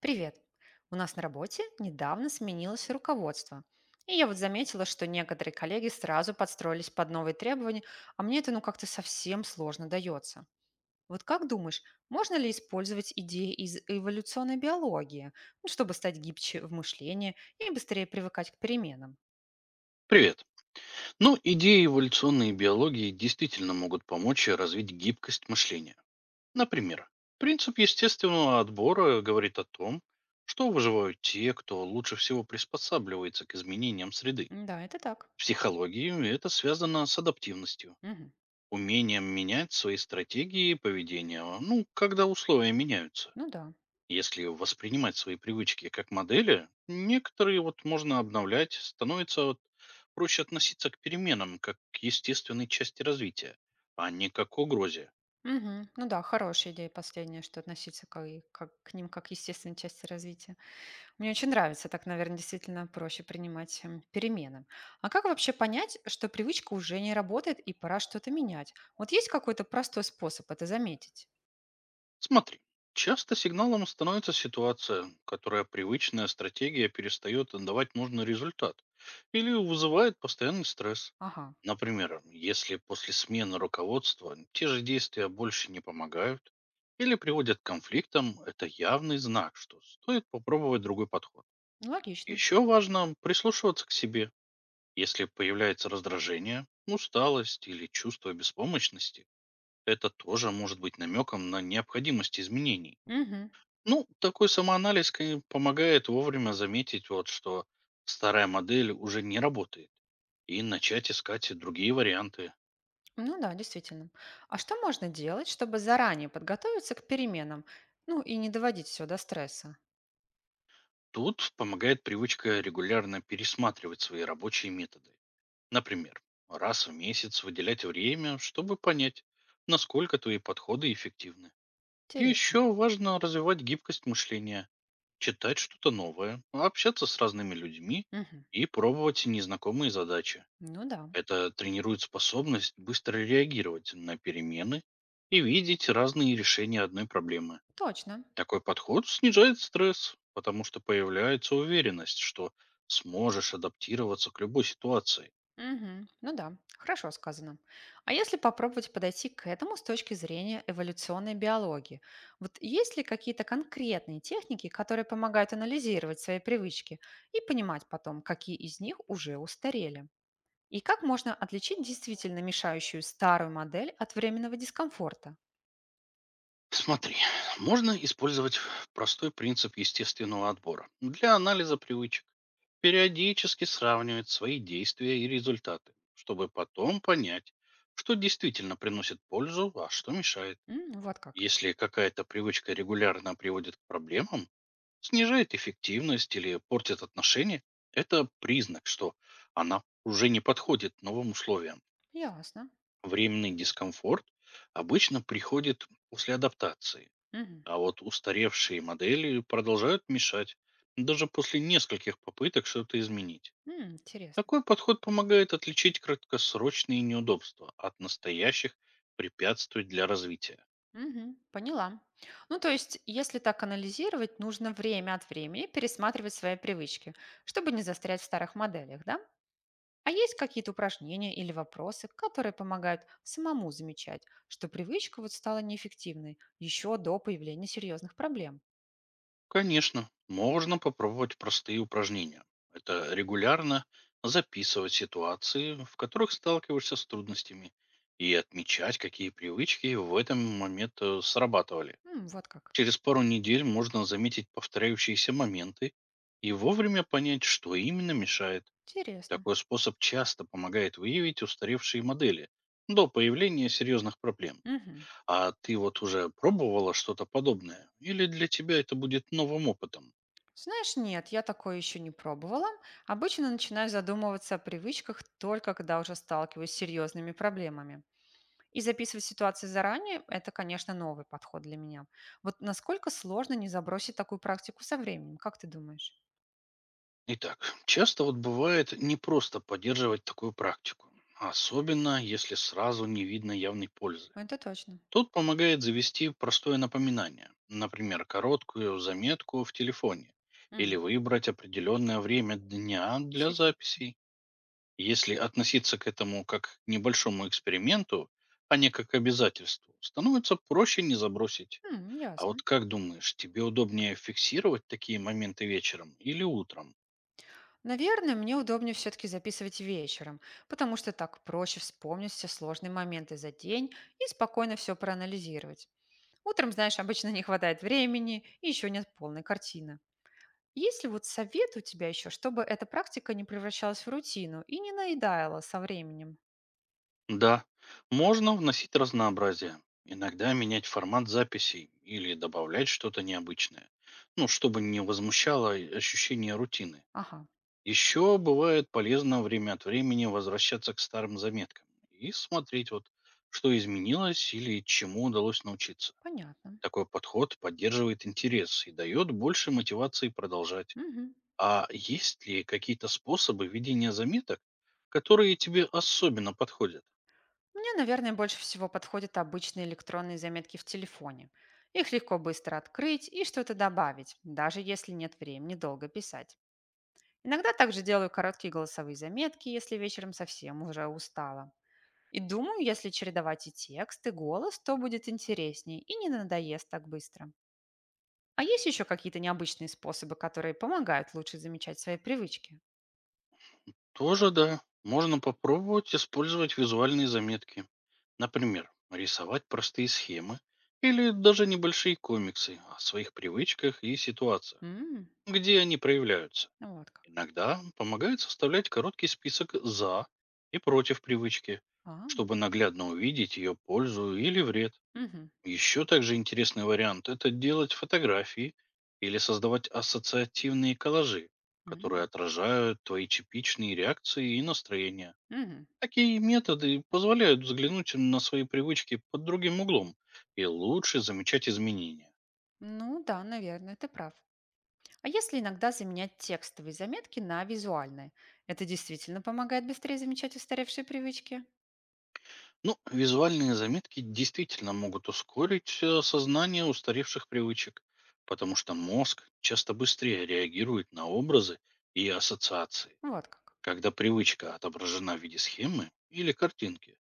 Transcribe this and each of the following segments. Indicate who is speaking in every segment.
Speaker 1: Привет. У нас на работе недавно сменилось руководство. И я вот заметила, что некоторые коллеги сразу подстроились под новые требования, а мне это ну как-то совсем сложно дается. Вот как думаешь, можно ли использовать идеи из эволюционной биологии, ну, чтобы стать гибче в мышлении и быстрее привыкать к переменам?
Speaker 2: Привет. Ну, идеи эволюционной биологии действительно могут помочь развить гибкость мышления. Например, принцип естественного отбора говорит о том, что выживают те, кто лучше всего приспосабливается к изменениям среды.
Speaker 1: М, да, это так.
Speaker 2: В психологии это связано с адаптивностью,
Speaker 1: Мгм.
Speaker 2: умением менять свои стратегии и поведение, ну, когда условия меняются.
Speaker 1: Ну да.
Speaker 2: Если воспринимать свои привычки как модели, некоторые вот можно обновлять, становится вот проще относиться к переменам как к естественной части развития, а не как к угрозе.
Speaker 1: Мгм. Ну да, хорошая идея последняя, что относиться к ним как к естественной части развития. Мне очень нравится, так, наверное, действительно проще принимать перемены. А как вообще понять, что привычка уже не работает и пора что-то менять? Вот есть какой-то простой способ это заметить?
Speaker 2: Смотри, часто сигналом становится ситуация, которая привычная стратегия перестает давать нужный результат или вызывает постоянный стресс.
Speaker 1: Ага,
Speaker 2: Например, если после смены руководства те же действия больше не помогают или приводят к конфликтам, это явный знак, что стоит попробовать другой подход.
Speaker 1: ну, логично.
Speaker 2: Еще важно прислушиваться к себе. Если появляется раздражение, усталость или чувство беспомощности, это тоже может быть намеком на необходимость изменений.
Speaker 1: Мгм.
Speaker 2: Ну, такой самоанализ помогает вовремя заметить, вот, что старая модель уже не работает, и начать искать и другие варианты.
Speaker 1: Ну да, действительно. А что можно делать, чтобы заранее подготовиться к переменам? Ну и не доводить все до стресса.
Speaker 2: Тут помогает привычка регулярно пересматривать свои рабочие методы. Например, раз в месяц выделять время, чтобы понять, насколько твои подходы эффективны. И
Speaker 1: Интересно.
Speaker 2: еще важно развивать гибкость мышления, читать что-то новое, общаться с разными людьми
Speaker 1: Мгм.
Speaker 2: и пробовать незнакомые задачи.
Speaker 1: Ну да,
Speaker 2: Это тренирует способность быстро реагировать на перемены и видеть разные решения одной проблемы.
Speaker 1: точно.
Speaker 2: Такой подход снижает стресс, потому что появляется уверенность, что сможешь адаптироваться к любой ситуации.
Speaker 1: Мгм. Ну да, хорошо сказано. А если попробовать подойти к этому с точки зрения эволюционной биологии, вот есть ли какие-то конкретные техники, которые помогают анализировать свои привычки и понимать потом, какие из них уже устарели? И как можно отличить действительно мешающую старую модель от временного дискомфорта?
Speaker 2: Смотри, можно использовать простой принцип естественного отбора для анализа привычек. Периодически сравнивать свои действия и результаты, чтобы потом понять, что действительно приносит пользу, а что мешает.
Speaker 1: М, вот как.
Speaker 2: Если какая-то привычка регулярно приводит к проблемам, снижает эффективность или портит отношения, это признак, что она уже не подходит новым условиям.
Speaker 1: Ясно.
Speaker 2: Временный дискомфорт обычно приходит после адаптации,
Speaker 1: Мгм.
Speaker 2: а вот устаревшие модели продолжают мешать даже после нескольких попыток что-то изменить.
Speaker 1: М, интересно.
Speaker 2: Такой подход помогает отличить краткосрочные неудобства от настоящих препятствий для развития.
Speaker 1: Мгм. Поняла. Ну, то есть, если так анализировать, нужно время от времени пересматривать свои привычки, чтобы не застрять в старых моделях, да? А есть какие-то упражнения или вопросы, которые помогают самому замечать, что привычка вот стала неэффективной еще до появления серьезных проблем?
Speaker 2: Конечно, можно попробовать простые упражнения. Это регулярно записывать ситуации, в которых сталкиваешься с трудностями, и отмечать, какие привычки в этом момент срабатывали.
Speaker 1: М, вот как.
Speaker 2: Через пару недель можно заметить повторяющиеся моменты и вовремя понять, что именно мешает.
Speaker 1: Интересно.
Speaker 2: Такой способ часто помогает выявить устаревшие модели до появления серьезных проблем.
Speaker 1: Мгм.
Speaker 2: А ты вот уже пробовала что-то подобное? Или для тебя это будет новым опытом?
Speaker 1: Знаешь, нет, я такое еще не пробовала. Обычно начинаю задумываться о привычках только когда уже сталкиваюсь с серьезными проблемами. И записывать ситуации заранее– это, конечно, новый подход для меня. Вот насколько сложно не забросить такую практику со временем, как ты думаешь?
Speaker 2: Итак, часто вот бывает не просто поддерживать такую практику, особенно если сразу не видно явной пользы.
Speaker 1: Это точно.
Speaker 2: Тут помогает завести простое напоминание, например, короткую заметку в телефоне или
Speaker 1: М,
Speaker 2: выбрать определенное время дня для
Speaker 1: серьезно.
Speaker 2: записей. Если относиться к этому как к небольшому эксперименту, а не как к обязательству, становится проще не забросить.
Speaker 1: М,
Speaker 2: А
Speaker 1: ясно.
Speaker 2: вот как думаешь, тебе удобнее фиксировать такие моменты вечером или утром?
Speaker 1: Наверное, мне удобнее все-таки записывать вечером, потому что так проще вспомнить все сложные моменты за день и спокойно все проанализировать. Утром, знаешь, обычно не хватает времени и еще нет полной картины. Есть ли вот совет у тебя еще, чтобы эта практика не превращалась в рутину и не наедала со временем?
Speaker 2: Да, можно вносить разнообразие. Иногда менять формат записей или добавлять что-то необычное. Ну, чтобы не возмущало и ощущение рутины.
Speaker 1: Ага.
Speaker 2: Еще бывает полезно время от времени возвращаться к старым заметкам и смотреть, вот, что изменилось или чему удалось научиться.
Speaker 1: Понятно.
Speaker 2: Такой подход поддерживает интерес и дает больше мотивации продолжать.
Speaker 1: Мгм.
Speaker 2: А есть ли какие-то способы ведения заметок, которые тебе особенно подходят?
Speaker 1: Мне, наверное, больше всего подходят обычные электронные заметки в телефоне. Их легко быстро открыть и что-то добавить, даже если нет времени долго писать. Иногда также делаю короткие голосовые заметки, если вечером совсем уже устала. И думаю, если чередовать и текст, и голос, то будет интереснее и не надоест так быстро. А есть еще какие-то необычные способы, которые помогают лучше замечать свои привычки?
Speaker 2: Тоже да. Можно попробовать использовать визуальные заметки. Например, рисовать простые схемы или даже небольшие комиксы о своих привычках и ситуациях,
Speaker 1: М,
Speaker 2: где они проявляются.
Speaker 1: вот как.
Speaker 2: Иногда помогает составлять короткий список «за» и «против» привычки,
Speaker 1: А,
Speaker 2: чтобы наглядно увидеть ее пользу или вред.
Speaker 1: мгм,
Speaker 2: Еще также интересный вариант– это делать фотографии или создавать ассоциативные коллажи,
Speaker 1: мгм,
Speaker 2: которые отражают твои типичные реакции и настроения.
Speaker 1: мгм.
Speaker 2: Такие методы позволяют взглянуть на свои привычки под другим углом и лучше замечать изменения.
Speaker 1: Ну да, наверное, ты прав. А если иногда заменять текстовые заметки на визуальные? Это действительно помогает быстрее замечать устаревшие привычки?
Speaker 2: Ну, визуальные заметки действительно могут ускорить осознание устаревших привычек, потому что мозг часто быстрее реагирует на образы и ассоциации.
Speaker 1: Вот как.
Speaker 2: Когда привычка отображена в виде схемы или картинки,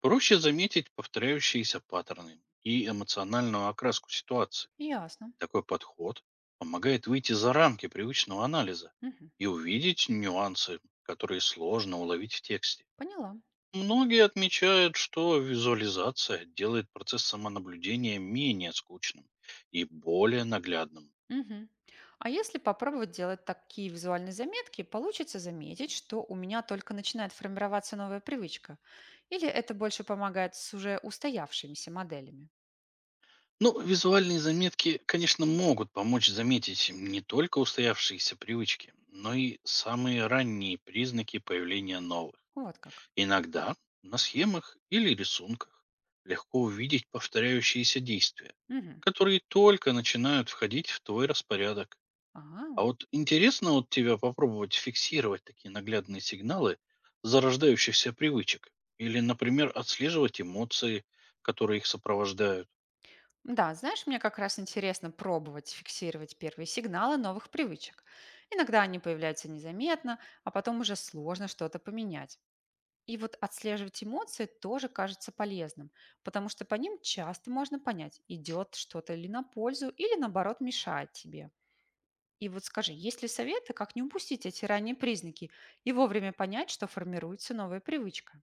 Speaker 2: проще заметить повторяющиеся паттерны и эмоциональную окраску ситуации.
Speaker 1: Ясно.
Speaker 2: Такой подход помогает выйти за рамки привычного анализа
Speaker 1: Мгм.
Speaker 2: и увидеть нюансы, которые сложно уловить в тексте.
Speaker 1: Поняла.
Speaker 2: Многие отмечают, что визуализация делает процесс самонаблюдения менее скучным и более наглядным.
Speaker 1: Мгм. А если попробовать делать такие визуальные заметки, получится заметить, что у меня только начинает формироваться новая привычка? Или это больше помогает с уже устоявшимися моделями?
Speaker 2: Ну, визуальные заметки, конечно, могут помочь заметить не только устоявшиеся привычки, но и самые ранние признаки появления новых.
Speaker 1: Вот как.
Speaker 2: Иногда на схемах или рисунках легко увидеть повторяющиеся действия,
Speaker 1: Угу.
Speaker 2: которые только начинают входить в твой распорядок.
Speaker 1: Ага.
Speaker 2: А вот интересно вот тебя попробовать фиксировать такие наглядные сигналы зарождающихся привычек или, например, отслеживать эмоции, которые их сопровождают.
Speaker 1: Да, знаешь, мне как раз интересно пробовать фиксировать первые сигналы новых привычек. Иногда они появляются незаметно, а потом уже сложно что-то поменять. И вот отслеживать эмоции тоже кажется полезным, потому что по ним часто можно понять, идет что-то или на пользу, или наоборот мешает тебе. И вот скажи, есть ли советы, как не упустить эти ранние признаки и вовремя понять, что формируется новая привычка?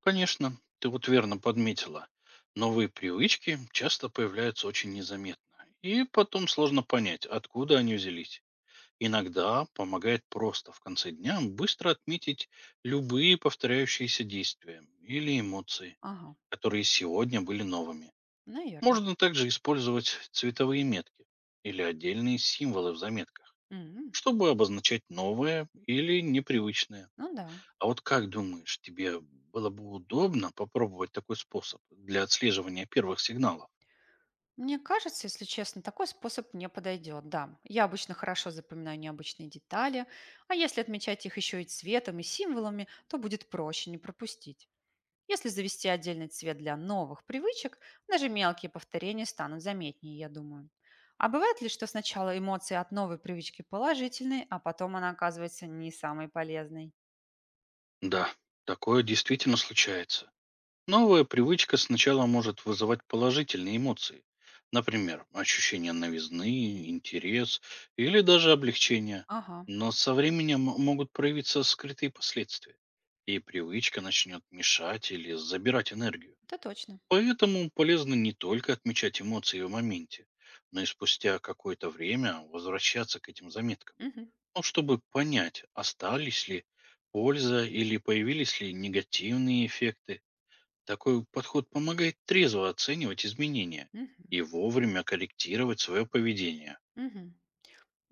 Speaker 2: Конечно, ты вот верно подметила. Новые привычки часто появляются очень незаметно. И потом сложно понять, откуда они взялись. Иногда помогает просто в конце дня быстро отметить любые повторяющиеся действия или эмоции,
Speaker 1: Ага,
Speaker 2: которые сегодня были новыми.
Speaker 1: наверное.
Speaker 2: Можно также использовать цветовые метки или отдельные символы в заметках, чтобы обозначать новое или непривычное.
Speaker 1: Ну да.
Speaker 2: А вот как думаешь, тебе было бы удобно попробовать такой способ для отслеживания первых сигналов?
Speaker 1: Мне кажется, если честно, такой способ мне подойдет, да. Я обычно хорошо запоминаю необычные детали, а если отмечать их еще и цветом, и символами, то будет проще не пропустить. Если завести отдельный цвет для новых привычек, даже мелкие повторения станут заметнее, я думаю. А бывает ли, что сначала эмоции от новой привычки положительные, а потом она оказывается не самой полезной?
Speaker 2: Да, такое действительно случается. Новая привычка сначала может вызывать положительные эмоции. Например, ощущение новизны, интерес или даже облегчение.
Speaker 1: Ага,
Speaker 2: Но со временем могут проявиться скрытые последствия. И привычка начнет мешать или забирать энергию.
Speaker 1: это точно.
Speaker 2: Поэтому полезно не только отмечать эмоции в моменте, но и спустя какое-то время возвращаться к этим заметкам.
Speaker 1: Мгм,
Speaker 2: Ну, чтобы понять, остались ли польза или появились ли негативные эффекты. Такой подход помогает трезво оценивать изменения
Speaker 1: мгм,
Speaker 2: и вовремя корректировать свое поведение.
Speaker 1: мгм.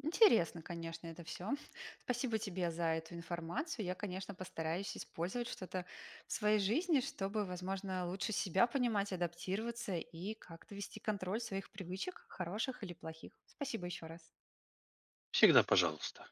Speaker 1: Интересно, конечно, это все. Спасибо тебе за эту информацию. Я, конечно, постараюсь использовать что-то в своей жизни, чтобы, возможно, лучше себя понимать, адаптироваться и как-то вести контроль своих привычек, хороших или плохих. Спасибо еще раз.
Speaker 2: Всегда пожалуйста.